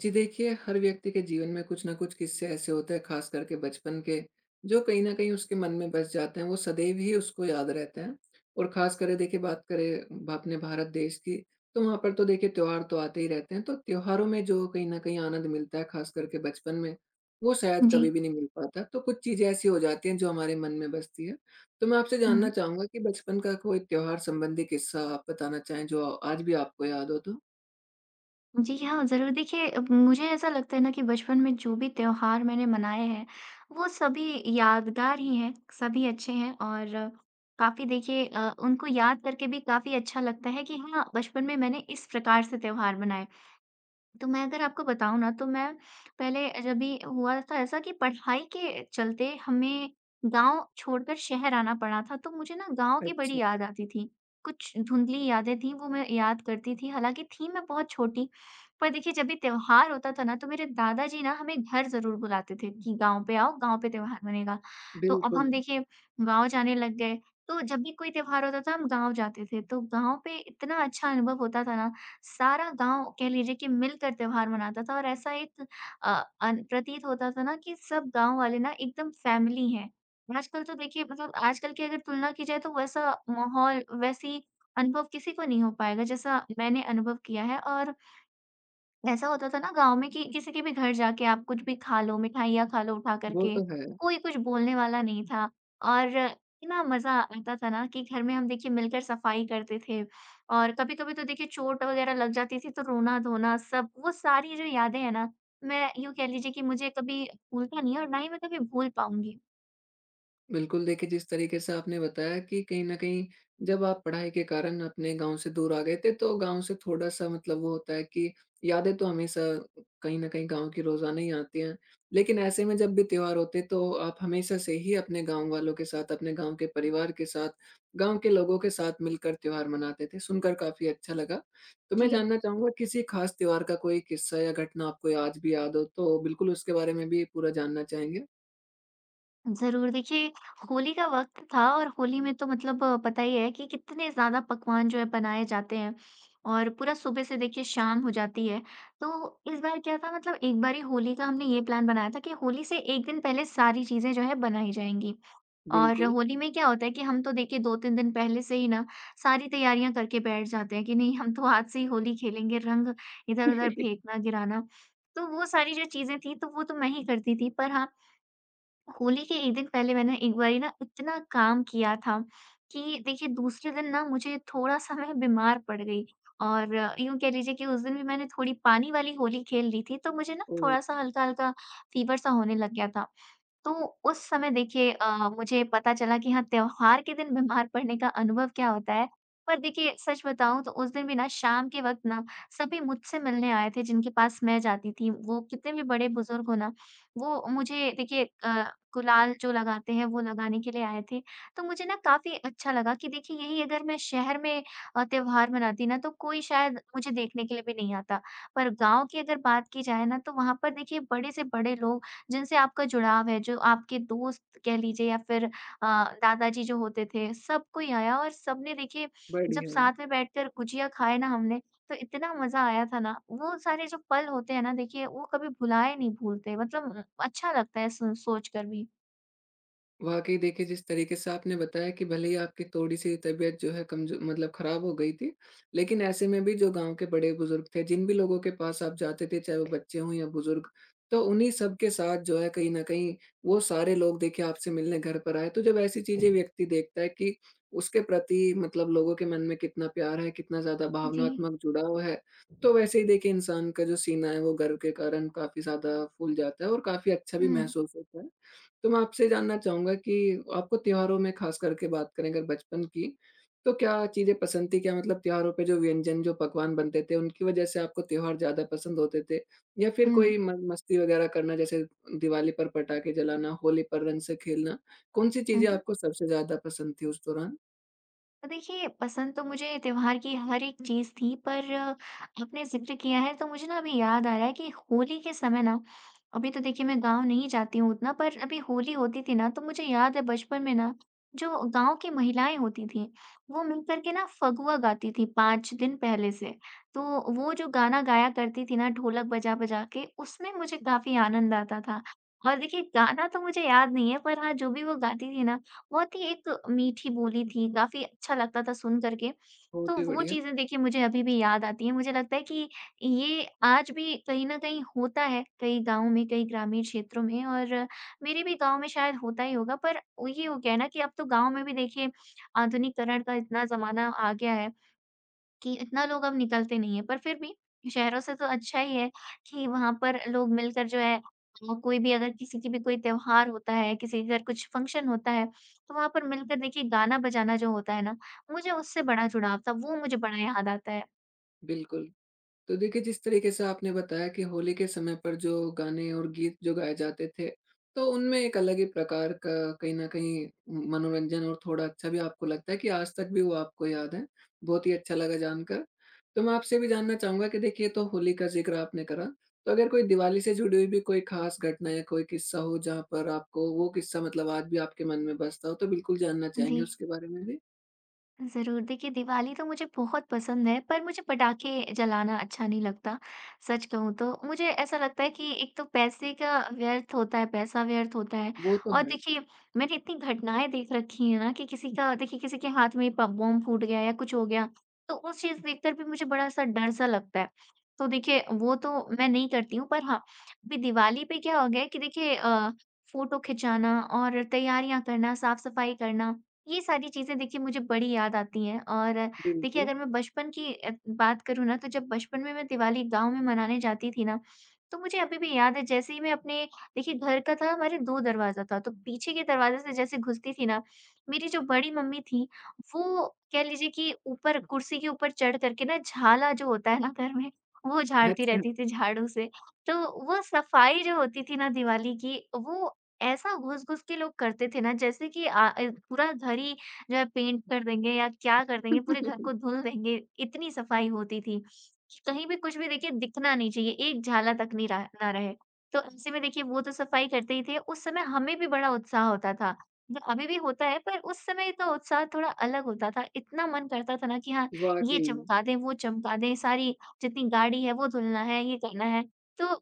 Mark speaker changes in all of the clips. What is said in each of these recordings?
Speaker 1: जी देखिए, हर व्यक्ति के जीवन में कुछ ना कुछ किस्से ऐसे होते हैं, खास करके बचपन के, जो कहीं न कहीं उसके मन में बस जाते हैं, वो सदैव ही उसको याद रहते हैं। और खास करे देखिए बात करें ब अपने भारत देश की, तो वहाँ पर तो देखिए त्योहार तो आते ही रहते हैं, तो त्योहारों में जो कहीं न कहीं आनंद मिलता है, खास करके बचपन में, वो शायद
Speaker 2: जी।
Speaker 1: कभी भी नहीं मिल पाता। तो कुछ चीज़ें ऐसी हो जाती हैं, जो हमारे मन में बसती हैं। तो मैं आपसे जानना
Speaker 2: हुँ।
Speaker 1: चाहूँगा कि बचपन का कोई त्योहार संबंधी किस्सा आप बताना चाहें, जो आज भी आपको याद हो तो?
Speaker 2: जी, हाँ, ज़रूर। देखिए अब मुझे ऐसा लगता है ना कि बचपन में जो भी त्योहार मैंने मनाए हैं, वो सभी यादगार ही हैं, सभी अच्छे हैं और काफ़ी देखिए उनको याद करके भी काफ़ी अच्छा लगता है कि हाँ, बचपन में मैंने इस प्रकार से त्योहार मनाए। तो मैं अगर आपको बताऊँ ना तो मैं पहले जब भी हुआ था ऐसा कि पढ़ाई के चलते हमें गाँव छोड़कर शहर आना पड़ा था, तो मुझे ना गाँव की बड़ी
Speaker 1: अच्छा,
Speaker 2: याद आती थी। कुछ धुंधली यादें थीं, वो मैं याद करती थी, हालाँकि थी मैं बहुत छोटी। पर देखिए जब भी त्योहार होता था ना तो मेरे दादाजी ना हमें घर ज़रूर बुलाते थे कि गाँव पे आओ, गाँव पे त्योहार मनेगा। तो अब
Speaker 1: बिल्कुल।
Speaker 2: हम देखिए गाँव जाने लग गए, तो जब भी कोई त्योहार होता था हम गाँव जाते थे। तो गाँव पे इतना अच्छा अनुभव होता था ना, सारा गाँव कह लीजिए कि मिलकर त्योहार मनाता था और ऐसा एक अ, अन प्रतीत होता था ना कि सब गाँव वाले ना एकदम फैमिली हैं। आजकल तो देखिए मतलब आजकल की अगर तुलना की जाए तो वैसा माहौल, वैसी अनुभव किसी को नहीं हो पाएगा जैसा मैंने अनुभव किया है। और ऐसा होता था ना गाँव में कि किसी के भी घर जाके आप कुछ भी खा लो, मिठाइयाँ खा लो उठा
Speaker 1: वो
Speaker 2: करके,
Speaker 1: तो है।
Speaker 2: कोई कुछ बोलने वाला नहीं था। और इतना मज़ा आता था ना कि घर में हम देखिए मिलकर सफाई करते थे, और कभी-कभी तो देखिए चोट वगैरह लग जाती थी, तो रोना-धोना, सब वो सारी जो यादें हैं ना, मैं यूँ कह लीजिए कि मुझे कभी भूलता नहीं है और ना ही मैं कभी भूल पाऊँगी।
Speaker 1: बिल्कुल देखिए, जिस तरीके से आपने बताया कि कहीं न कहीं जब आप पढ़ाई के कारण अपने गाँव से दूर आ गए थे, तो गाँव से थोड़ा-सा मतलब वो होता है कि यादें तो हमेशा कहीं न कहीं गाँव की रोज़ाना ही आती हैं। लेकिन ऐसे में जब भी त्योहार होते हैं, तो आप हमेशा से ही अपने गाँव वालों के साथ, अपने गाँव के परिवार के साथ, गाँव के लोगों के साथ मिलकर त्योहार मनाते थे, सुनकर काफ़ी अच्छा लगा। तो मैं
Speaker 2: जी।
Speaker 1: जानना चाहूँगा किसी ख़ास त्योहार का कोई किस्सा या घटना आपको आज भी याद हो, तो बिल्कुल उसके बारे में भी पूरा जानना चाहेंगे?
Speaker 2: ज़रूर, देखिए होली का वक़्त था और होली में तो मतलब पता ही है कि कितने ज़्यादा पकवान जो है बनाए जाते हैं, और पूरा सुबह से देखिए शाम हो जाती है। तो इस बार क्या था, मतलब एक बारी होली का हमने ये प्लान बनाया था कि होली से 1 दिन पहले सारी चीज़ें जो है बनाई जाएँगी। और
Speaker 1: बिल्कुल।
Speaker 2: होली में क्या होता है कि हम तो देखिए 2-3 दिन पहले से ही ना सारी तैयारियाँ करके बैठ जाते हैं कि नहीं, हम तो आज से ही होली खेलेंगे, रंग इधर-उधर फेंकना, गिराना। तो वो सारी जो चीज़ें थी, तो वो तो मैं ही करती थी। पर हाँ, होली के 1 दिन पहले मैंने एक बारी ना इतना काम किया था कि देखिए दूसरे दिन ना मुझे थोड़ा-सा, मैं बीमार पड़ गई, और यूँ कह लीजिए कि उस दिन भी मैंने थोड़ी पानी वाली होली खेल ली थी, तो मुझे ना थोड़ा-सा
Speaker 1: ओह!
Speaker 2: हल्का-हल्का फ़ीवर सा होने लग गया था। तो उस समय देखिए मुझे पता चला कि हाँ, त्योहार के दिन बीमार पड़ने का अनुभव क्या होता है। पर देखिए सच बताऊँ तो उस दिन भी ना शाम के वक़्त ना सभी मुझसे मिलने आए थे जिनके पास मैं जाती थी। वो कितने भी बड़े-बुज़ुर्ग हो ना, वो मुझे देखिए गुलाल जो लगाते हैं, वो लगाने के लिए आए थे। तो मुझे ना काफ़ी अच्छा लगा कि देखिए यही अगर मैं शहर में त्योहार मनाती ना, तो कोई शायद मुझे देखने के लिए भी नहीं आता। पर गाँव की अगर बात की जाए ना तो वहाँ पर देखिए बड़े से बड़े लोग, जिनसे आपका जुड़ाव है, जो आपके दोस्त कह लीजिए या फिर दादाजी जो होते थे, सब कोई आया और सबने देखिए जब
Speaker 1: बढ़िया।
Speaker 2: साथ में बैठकर गुजिया खाए ना हमने, तो इतना मज़ा आया था ना, वो सारे जो पल होते हैं ना देखिए, वो कभी भुलाए नहीं भूलते, मतलब अच्छा लगता है सुन सोच कर भी।
Speaker 1: वाक़ई देखिए जिस तरीके से आपने बताया कि भले ही आपकी थोड़ी-सी तबीयत जो है कमज़ो मतलब ख़राब हो गई थी, लेकिन ऐसे में भी जो गाँव के बड़े-बुज़ुर्ग थे, जिन भी लोगों के पास आप जाते थे, चाहे वो बच्चे हों या बुज़ुर्ग, तो उन्हीं सब के साथ जो है कहीं न कहीं वो सारे लोग देखिए आपसे मिलने घर पर आए। तो जब ऐसी चीज़ें व्यक्ति देखता है कि उसके प्रति मतलब लोगों के मन में कितना प्यार है, कितना ज़्यादा
Speaker 2: जी।
Speaker 1: भावनात्मक जुड़ाव है, तो वैसे ही देखिए इंसान का जो सीना है वो गर्व के कारण काफ़ी ज़्यादा फूल जाता है और काफ़ी अच्छा
Speaker 2: हुँ,
Speaker 1: भी
Speaker 2: हुँ।
Speaker 1: महसूस होता है। तो मैं आपसे जानना चाहूँगा कि आपको त्योहारों में खास करके बात करें अगर बचपन की, तो क्या चीज़ें पसंद थी? क्या मतलब त्योहारों पे जो व्यंजन, जो पकवान बनते थे, उनकी वजह से आपको त्योहार ज़्यादा पसंद होते थे? या फिर कोई म मस्ती वगैरह करना जैसे दिवाली पर पटाखे जलाना, होली पर रंग से खेलना, कौन-सी
Speaker 2: हुँ,
Speaker 1: चीज़ें
Speaker 2: हुँ।
Speaker 1: आपको सबसे ज़्यादा पसंद थी उस दौरान?
Speaker 2: तो देखिए, पसंद तो मुझे त्योहार की हर एक चीज़ थी, पर आपने ज़िक्र किया है तो मुझे ना अभी याद आ रहा है कि होली के समय ना, अभी तो देखिए मैं गाँव नहीं जाती हूँ उतना, पर अभी होली होती थी ना, तो मुझे याद है बचपन में ना जो गाँव की महिलाएँ होती थीं, वो मिलकर के ना फगुआ गाती थीं 5 दिन पहले से। तो वो जो गाना गाया करती थी ना ढोलक बजा-बजा के, उसमें मुझे काफ़ी आनंद आता था। और देखिए गाना तो मुझे याद नहीं है, पर हाँ, जो भी वो गाती थी ना बहुत ही एक मीठी बोली थी, काफ़ी अच्छा लगता था सुन कर के। तो
Speaker 1: बहुत ही
Speaker 2: वो
Speaker 1: बढ़िया,
Speaker 2: चीज़ें देखिए मुझे अभी भी याद आती हैं। मुझे लगता है कि ये आज भी कहीं न कहीं होता है, कई गाँव में, कई ग्रामीण क्षेत्रों में, और मेरे भी गाँव में शायद होता ही होगा। पर वो ये हो गया है ना कि अब तो गाँव में भी देखिए आधुनिकीकरण का इतना ज़माना आ गया है कि इतना लोग अब निकलते नहीं हैं। पर फिर भी शहरों से तो अच्छा ही है कि वहाँ पर लोग मिलकर जो है कोई भी अगर किसी की भी कोई त्योहार होता है, किसी के घर कुछ फंक्शन होता है, तो वहाँ पर मिलकर देखिए गाना बजाना जो होता है ना, मुझे उससे बड़ा जुड़ाव था। वो मुझे बड़ा याद आता है।
Speaker 1: बिल्कुल। तो देखिए, जिस तरीके से आपने बताया कि होली के समय पर जो गाने और गीत जो गाए जाते थे, तो उनमें एक अलग ही प्रकार का कहीं न कहीं मनोरंजन और थोड़ा अच्छा भी आपको लगता है कि आज तक भी वो आपको याद है। बहुत ही अच्छा लगा जानकर। तो मैं आपसे भी जानना चाहूँगा कि देखिए तो होली का ज़िक्र आपने करा, तो अगर कोई दिवाली से जुड़ी हुई भी कोई ख़ास घटना या कोई किस्सा हो जहाँ पर आपको वो किस्सा मतलब आज भी आपके मन में बसता हो, तो बिल्कुल जानना
Speaker 2: जी।
Speaker 1: चाहेंगे उसके बारे में भी?
Speaker 2: ज़रूर, देखिए दिवाली तो मुझे बहुत पसंद है, पर मुझे पटाखे जलाना अच्छा नहीं लगता। सच कहूँ तो मुझे ऐसा लगता है कि एक तो पैसे का व्यर्थ होता है, पैसा व्यर्थ होता है,
Speaker 1: वो तो
Speaker 2: और
Speaker 1: है,
Speaker 2: देखिए मैंने इतनी घटनाएँ देख रखी हैं ना कि किसी का देखिए किसी के हाथ में प बम फूट गया या कुछ हो गया, तो उस चीज़ देखकर भी मुझे बड़ा-सा डर-सा लगता है। तो देखिए वो तो मैं नहीं करती हूँ, पर हाँ, अभी दिवाली पे क्या हो गया है कि देखिए फ़ोटो खिंचाना और तैयारियाँ करना, साफ-सफाई करना, ये सारी चीज़ें देखिए मुझे बड़ी याद आती हैं। और देखिए
Speaker 1: बिल्कुल।
Speaker 2: अगर मैं बचपन की बात करूँ ना, तो जब बचपन में मैं दिवाली गाँव में मनाने जाती थी ना, तो मुझे अभी भी याद है, जैसे ही मैं अपने देखिए घर का, था हमारे 2 दरवाज़ा था, तो पीछे के दरवाज़े से जैसे घुसती थी ना, मेरी जो बड़ी मम्मी थी वो, कह लीजिए कि ऊपर कुर्सी के ऊपर चढ़ करके ना, झाला जो होता है ना घर में, वो झाड़ती
Speaker 1: अच्छा।
Speaker 2: रहती थी झाड़ू से। तो वो सफाई जो होती थी ना दिवाली की, वो ऐसा घुस-घुस के लोग करते थे ना, जैसे कि पूरा घर ही जो है पेंट कर देंगे या क्या कर देंगे, पूरे घर को धुल देंगे, इतनी सफाई होती थी कि कहीं भी कुछ भी देखिए दिखना नहीं चाहिए, एक झाला तक नहीं रहा ना रहे। तो ऐसे में देखिए वो तो सफाई करते ही थे, उस समय हमें भी बड़ा उत्साह होता था। जो अभी भी होता है, पर उस समय का उत्साह थोड़ा अलग होता था, इतना मन करता था ना कि हाँ, ये
Speaker 1: वाक़ई,
Speaker 2: चमका दें, वो चमका दें, सारी जितनी गाड़ी है वो धुलना है, ये करना है। तो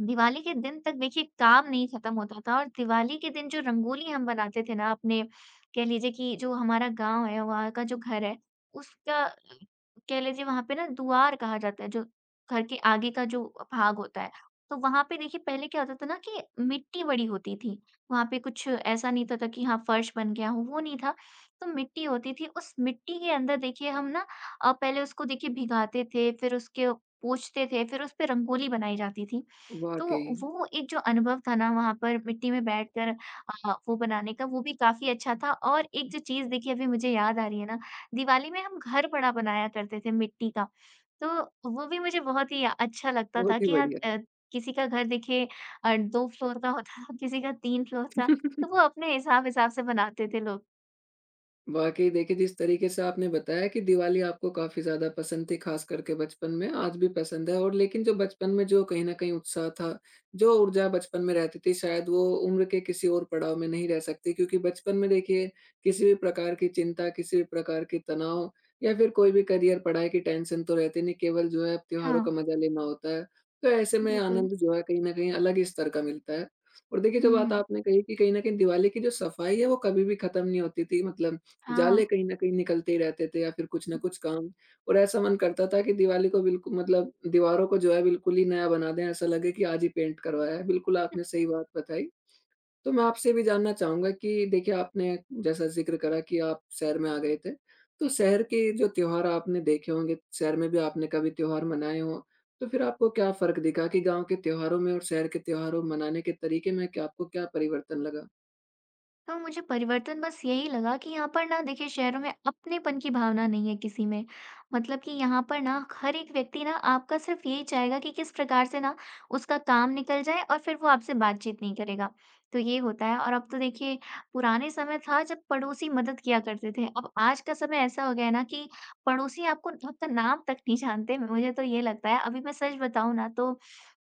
Speaker 2: दिवाली के दिन तक देखिए काम नहीं खत्म होता था। और दिवाली के दिन जो रंगोली हम बनाते थे ना अपने, कह लीजिए कि जो हमारा गांव है, वहाँ का जो घर है उसका, कह लीजिए वहां पे ना दुआर कहा जाता है, जो घर के आगे का जो भाग होता है। तो वहां पे देखिए पहले क्या होता था ना कि मिट्टी बड़ी होती थी, वहां पे कुछ ऐसा नहीं होता था कि हाँ फर्श बन गया हो, वो नहीं था। तो मिट्टी होती थी, उस मिट्टी के अंदर देखिए हम ना पहले उसको देखिए भिगाते थे, फिर उसके पोंछते थे, फिर उस पे रंगोली बनाई जाती थी। तो
Speaker 1: वाक़ई।
Speaker 2: वो एक जो अनुभव था ना वहाँ पर मिट्टी में बैठकर वो बनाने का, वो भी काफ़ी अच्छा था। और एक जो चीज़ देखिए अभी मुझे याद आ रही है ना, दिवाली में हम घर बड़ा बनाया करते थे मिट्टी का। तो वो भी मुझे बहुत ही अच्छा लगता
Speaker 1: बहुत
Speaker 2: था
Speaker 1: ही
Speaker 2: कि हाँ
Speaker 1: बढ़िया।
Speaker 2: किसी का घर देखिए 2 फ्लोर का होता था, किसी का 3 फ्लोर था, तो वो अपने हिसाब-हिसाब से बनाते थे लोग।
Speaker 1: वाक़ई देखिए, जिस तरीके से आपने बताया कि दिवाली आपको काफ़ी ज़्यादा पसंद थी, ख़ास करके बचपन में, आज भी पसंद है और लेकिन जो बचपन में जो कहीं न कहीं उत्साह था, जो ऊर्जा बचपन में रहती थी, शायद वो उम्र के किसी और पड़ाव में नहीं रह सकती क्योंकि बचपन में देखिए, किसी भी प्रकार की चिंता, किसी भी प्रकार के तनाव या फिर कोई भी करियर, पढ़ाई की टेंशन तो रहती नहीं, केवल जो है त्योहारों
Speaker 2: हाँ,
Speaker 1: का मज़ा लेना होता है। तो ऐसे में
Speaker 2: बिल्कुल।
Speaker 1: आनंद जो है कहीं न कहीं अलग ही स्तर का मिलता है। और देखिए, जो बात
Speaker 2: हुँ,
Speaker 1: आपने कही कि कहीं न कहीं दिवाली की जो सफाई है, वो कभी भी खत्म नहीं होती थी, मतलब
Speaker 2: हाँ।
Speaker 1: जाले कहीं न कहीं निकलते ही रहते थे या फिर कुछ ना कुछ काम। और ऐसा मन करता था कि दिवाली को बिल्कु मतलब दीवारों को जो है बिल्कुल ही नया बना दें, ऐसा लगे कि आज ही पेंट करवाया है। बिल्कुल आपने सही बात बताई। तो मैं आपसे भी जानना चाहूँगा कि देखिए आपने जैसा ज़िक्र करा कि आप शहर में आ गए थे, तो शहर के जो त्योहार आपने देखे होंगे, शहर में भी आपने कभी त्योहार मनाए हों, तो फिर आपको क्या फ़र्क दिखा कि गाँव के त्योहारों में और शहर के त्योहारों मनाने के तरीके में क्या परिवर्तन लगा?
Speaker 2: तो मुझे परिवर्तन बस यही लगा कि यहाँ पर ना देखिए शहरों में अपनेपन की भावना नहीं है किसी में। मतलब कि यहाँ पर ना हर एक व्यक्ति ना आपका सिर्फ़ यही चाहेगा कि किस प्रकार से ना उसका काम निकल जाए, और फिर वो आपसे बातचीत नहीं करेगा। तो ये होता है, और अब तो देखिए पुराने समय था जब पड़ोसी मदद किया करते थे। अब आज का समय ऐसा हो गया है ना कि पड़ोसी आपको आपका नाम तक नहीं जानते। मुझे तो ये लगता है, अभी मैं सच बताऊँ ना, तो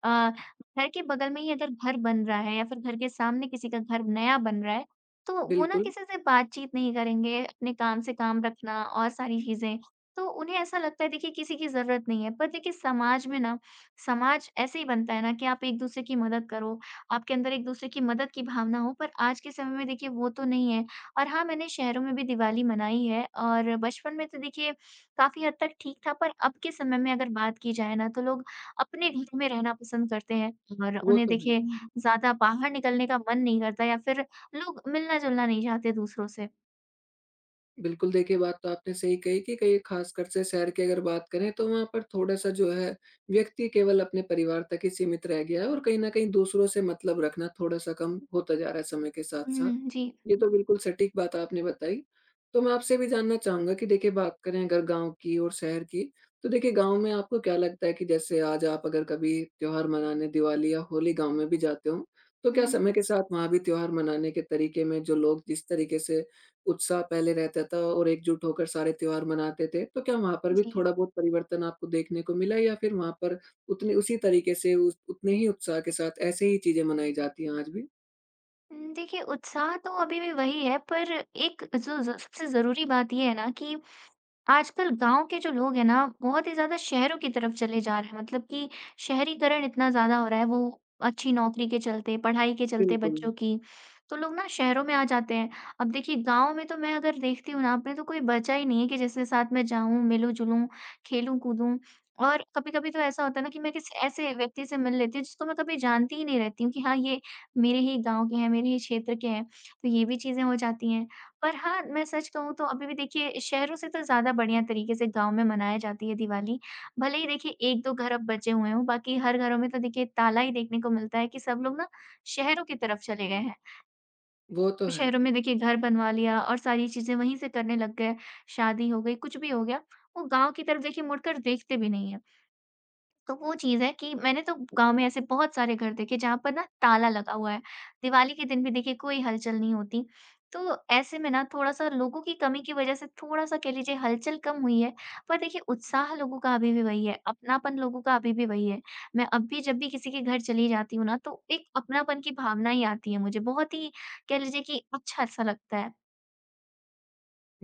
Speaker 2: अ, घर के बगल में ही अगर घर बन रहा है या फिर घर के सामने किसी का घर नया बन रहा है, तो वो ना
Speaker 1: बिल्कुल,
Speaker 2: किसी से बातचीत नहीं करेंगे, अपने काम से काम रखना और सारी चीज़ें। तो उन्हें ऐसा लगता है देखिए किसी की ज़रूरत नहीं है। पर देखिए समाज में ना, समाज ऐसे ही बनता है ना कि आप एक-दूसरे की मदद करो, आपके अंदर एक-दूसरे की मदद की भावना हो, पर आज के समय में देखिए वो तो नहीं है। और हाँ, मैंने शहरों में भी दिवाली मनाई है और बचपन में तो देखिए काफ़ी हद तक ठीक था, पर अब के समय में अगर बात की जाए ना तो लोग अपने घर में रहना पसंद करते हैं और
Speaker 1: वो
Speaker 2: उन्हें
Speaker 1: तो
Speaker 2: देखिए
Speaker 1: है।
Speaker 2: ज़्यादा बाहर निकलने का मन नहीं करता या फिर लोग मिलना-जुलना नहीं चाहते दूसरों से।
Speaker 1: बिल्कुल, देखिए बात तो आपने सही कही कि कहीं ख़ासकर से शहर की अगर बात करें तो वहाँ पर थोड़ा-सा जो है व्यक्ति केवल अपने परिवार तक ही सीमित रह गया है और कहीं न कहीं दूसरों से मतलब रखना थोड़ा-सा कम होता जा रहा है समय के साथ-साथ।
Speaker 2: हुँ, जी।
Speaker 1: ये तो बिल्कुल सटीक बात आपने बताई। तो मैं आपसे भी जानना चाहूँगा कि देखिए बात करें अगर गाँव की और शहर की, तो देखिए गाँव में आपको क्या लगता है कि जैसे आज आप अगर कभी त्योहार मनाने दिवाली या होली गाँव में भी जाते हो, तो क्या
Speaker 2: हुँ,
Speaker 1: समय के साथ वहाँ भी त्योहार मनाने के तरीके में जो लोग जिस तरीके से उत्साह पहले रहता था और एकजुट होकर सारे त्योहार मनाते थे, तो क्या वहाँ पर भी
Speaker 2: जी।
Speaker 1: थोड़ा बहुत परिवर्तन आपको देखने को मिला या फिर वहाँ पर उतने उसी तरीके से उस उतने ही उत्साह के साथ ऐसे ही चीज़ें मनाई जाती हैं आज भी?
Speaker 2: देखिए उत्साह तो अभी भी वही है पर एक जो ज़ सबसे ज़रूरी बात ये है ना कि आजकल गाँव के जो लोग हैं ना, बहुत ही ज़्यादा शहरों की तरफ चले जा रहे हैं। मतलब कि शहरीकरण इतना ज़्यादा हो रहा है, वो अच्छी नौकरी के चलते, पढ़ाई के चलते
Speaker 1: बिल्कुल।
Speaker 2: बच्चों की, तो लोग ना शहरों में आ जाते हैं। अब देखिए गाँव में तो मैं अगर देखती हूँ ना अपने, तो कोई बचा ही नहीं है कि जिसके साथ मैं जाऊँ, मिलूँ-जुलूँ, खेलूँ-कूदूँ और कभी-कभी तो ऐसा होता है ना कि मैं किसी ऐसे व्यक्ति से मिल लेती हूँ, जिसको मैं कभी जानती ही नहीं रहती हूँ कि हाँ, ये मेरे ही गाँव के हैं, मेरे ही क्षेत्र के हैं, तो ये भी चीज़ें हो जाती हैं। पर हाँ, मैं सच कहूँ तो अभी भी देखिए शहरों से तो ज़्यादा बढ़िया तरीके से गाँव में मनाई जाती है दिवाली। भले ही देखिए 1-2 घर अब बचे हुए हों, बाकी हर घरों में तो देखिए ताला ही देखने को मिलता है कि सब लोग ना शहरों की तरफ चले गए हैं।
Speaker 1: वो तो है।
Speaker 2: शहरों में देखिए घर बनवा लिया और सारी चीज़ें वहीं से करने लग गए, शादी हो गई, कुछ भी हो गया, वो गाँव की तरफ देखिए मुड़कर देखते भी नहीं हैं। तो वो चीज़ है कि मैंने तो गाँव में ऐसे बहुत सारे घर देखे जहाँ पर ना ताला लगा हुआ है। दिवाली के दिन भी देखिए कोई हलचल नहीं होती। तो ऐसे में ना थोड़ा-सा लोगों की कमी की वज़ह से थोड़ा-सा कह लीजिए हलचल कम हुई है। पर देखिए उत्साह लोगों का अभी भी वही है, अपनापन लोगों का अभी भी वही है। मैं अब भी जब भी किसी के घर चली जाती हूँ ना तो एक अपनापन की भावना ही आती है मुझे। बहुत ही कह लीजिए कि अच्छा-सा लगता है।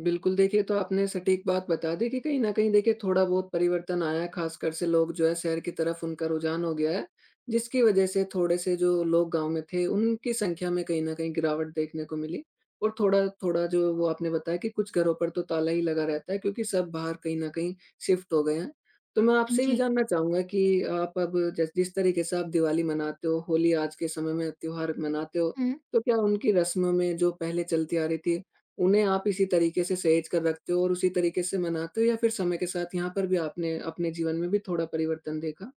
Speaker 1: बिल्कुल, देखिए तो आपने सटीक बात बता दी कि कहीं न कहीं देखिए थोड़ा बहुत परिवर्तन आया है, ख़ासकर से लोग जो है शहर की तरफ उनका रुझान हो गया है, जिसकी वजह से थोड़े से जो लोग गाँव में थे, उनकी संख्या में कहीं न कहीं गिरावट देखने को मिली। और थोड़ा-थोड़ा जो वो आपने बताया कि कुछ घरों पर तो ताला ही लगा रहता है क्योंकि सब बाहर कहीं न कहीं शिफ्ट हो गए हैं। तो मैं आपसे भी
Speaker 2: जी।
Speaker 1: जानना चाहूँगा कि आप अब जस जिस तरीके से आप दिवाली मनाते हो, होली आज के समय में त्योहार मनाते हो,
Speaker 2: हुँ।
Speaker 1: तो क्या उनकी रस्मों में जो पहले चलती आ रही थी उन्हें आप इसी तरीके से सहेज कर रखते हो और उसी तरीके से मनाते हो या फिर समय के साथ यहाँ पर भी आपने अपने जीवन में भी थोड़ा परिवर्तन देखा?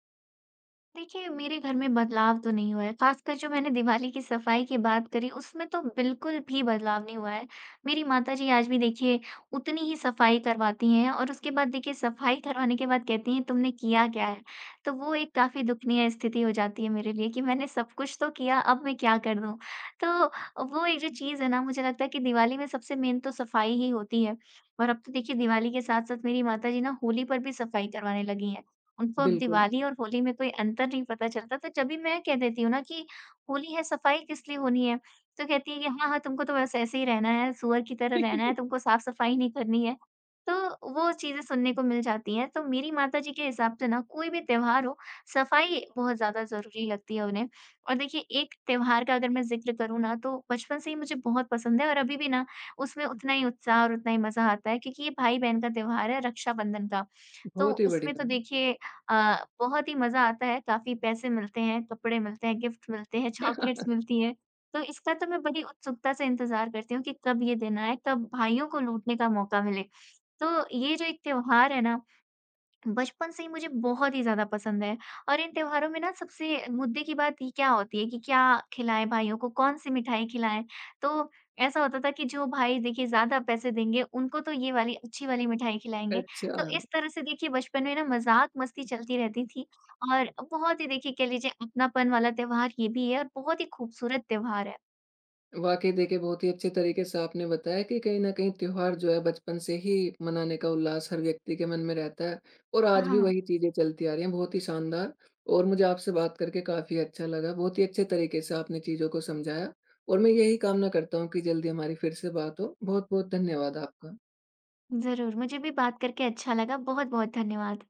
Speaker 2: देखिए, मेरे घर में बदलाव तो नहीं हुआ है, ख़ासकर जो मैंने दिवाली की सफ़ाई की बात करी, उसमें तो बिल्कुल भी बदलाव नहीं हुआ है। मेरी माताजी आज भी देखिए उतनी ही सफ़ाई करवाती हैं और उसके बाद देखिए सफ़ाई करवाने के बाद कहती हैं, "तुमने किया क्या है?" तो वो एक काफ़ी दुखनीय स्थिति हो जाती है मेरे लिए कि मैंने सब कुछ तो किया, अब मैं क्या कर दूँ? तो वो एक जो चीज़ है ना, मुझे लगता है कि दिवाली में सबसे मेन तो सफ़ाई ही होती है और अब तो देखिए दिवाली के साथ-साथ मेरी माताजी ना होली पर भी सफ़ाई करवाने लगी हैं। उनको अब
Speaker 1: बिल्कुल,
Speaker 2: दिवाली और होली में कोई अंतर नहीं पता चलता, तो जब भी मैं कह देती हूँ ना कि होली है, सफाई किस लिए होनी है? तो कहती है कि हाँ, हाँ, तुमको तो बस ऐसे ही रहना है, सूअर की तरह रहना है, तुमको साफ-सफाई नहीं करनी है। तो वो चीज़ें सुनने को मिल जाती हैं, तो मेरी माताजी के हिसाब से ना कोई भी त्योहार हो, सफाई बहुत ज़्यादा ज़रूरी लगती है उन्हें। और देखिए एक त्योहार का अगर मैं ज़िक्र करूँ ना, तो बचपन से ही मुझे बहुत पसंद है और अभी भी ना उसमें उतना ही उत्साह और उतना ही मज़ा आता है क्योंकि ये भाई-बहन का त्योहार है, रक्षाबंधन का। तो
Speaker 1: बहुत ही
Speaker 2: इसमें तो
Speaker 1: बढ़िया।
Speaker 2: देखिए बहुत ही मज़ा आता है, काफ़ी पैसे मिलते हैं, कपड़े मिलते हैं, गिफ्ट मिलते हैं, चॉकलेट्स मिलती हैं। तो इसका तो मैं बड़ी उत्सुकता से इंतज़ार करती हूँ कि कब ये दिन आए, कब भाइयों को लूटने का मौका मिले। तो ये जो एक त्योहार है ना बचपन से ही मुझे बहुत ही ज़्यादा पसंद है और इन त्योहारों में ना सबसे मुद्दे की बात ये क्या होती है कि क्या खिलाएँ भाइयों को, कौन-सी मिठाई खिलाएँ? तो ऐसा होता था कि जो भाई देखिए ज़्यादा पैसे देंगे, उनको तो ये वाली अच्छी वाली मिठाई खिलाएँगे।
Speaker 1: अच्छा,
Speaker 2: तो इस तरह से देखिए बचपन में ना मज़ाक-मस्ती चलती रहती थी और बहुत ही देखिए कह लीजिए अपनापन वाला त्योहार ये भी है और बहुत ही खूबसूरत त्योहार है।
Speaker 1: वाक़ई देखिए बहुत ही अच्छे तरीके से आपने बताया कि कहीं न कहीं त्योहार जो है बचपन से ही मनाने का उल्लास हर व्यक्ति के मन में रहता है और आज भी
Speaker 2: हाँ,
Speaker 1: वही चीज़ें चलती आ रही हैं, बहुत ही शानदार। और मुझे आपसे बात करके काफ़ी अच्छा लगा। बहुत ही अच्छे तरीके से आपने चीज़ों को समझाया और मैं यही कामना करता हूँ कि जल्दी हमारी फिर से बात हो। बहुत-बहुत धन्यवाद आपका।
Speaker 2: ज़रूर मुझे भी बात करके अच्छा लगा। बहुत-बहुत धन्यवाद।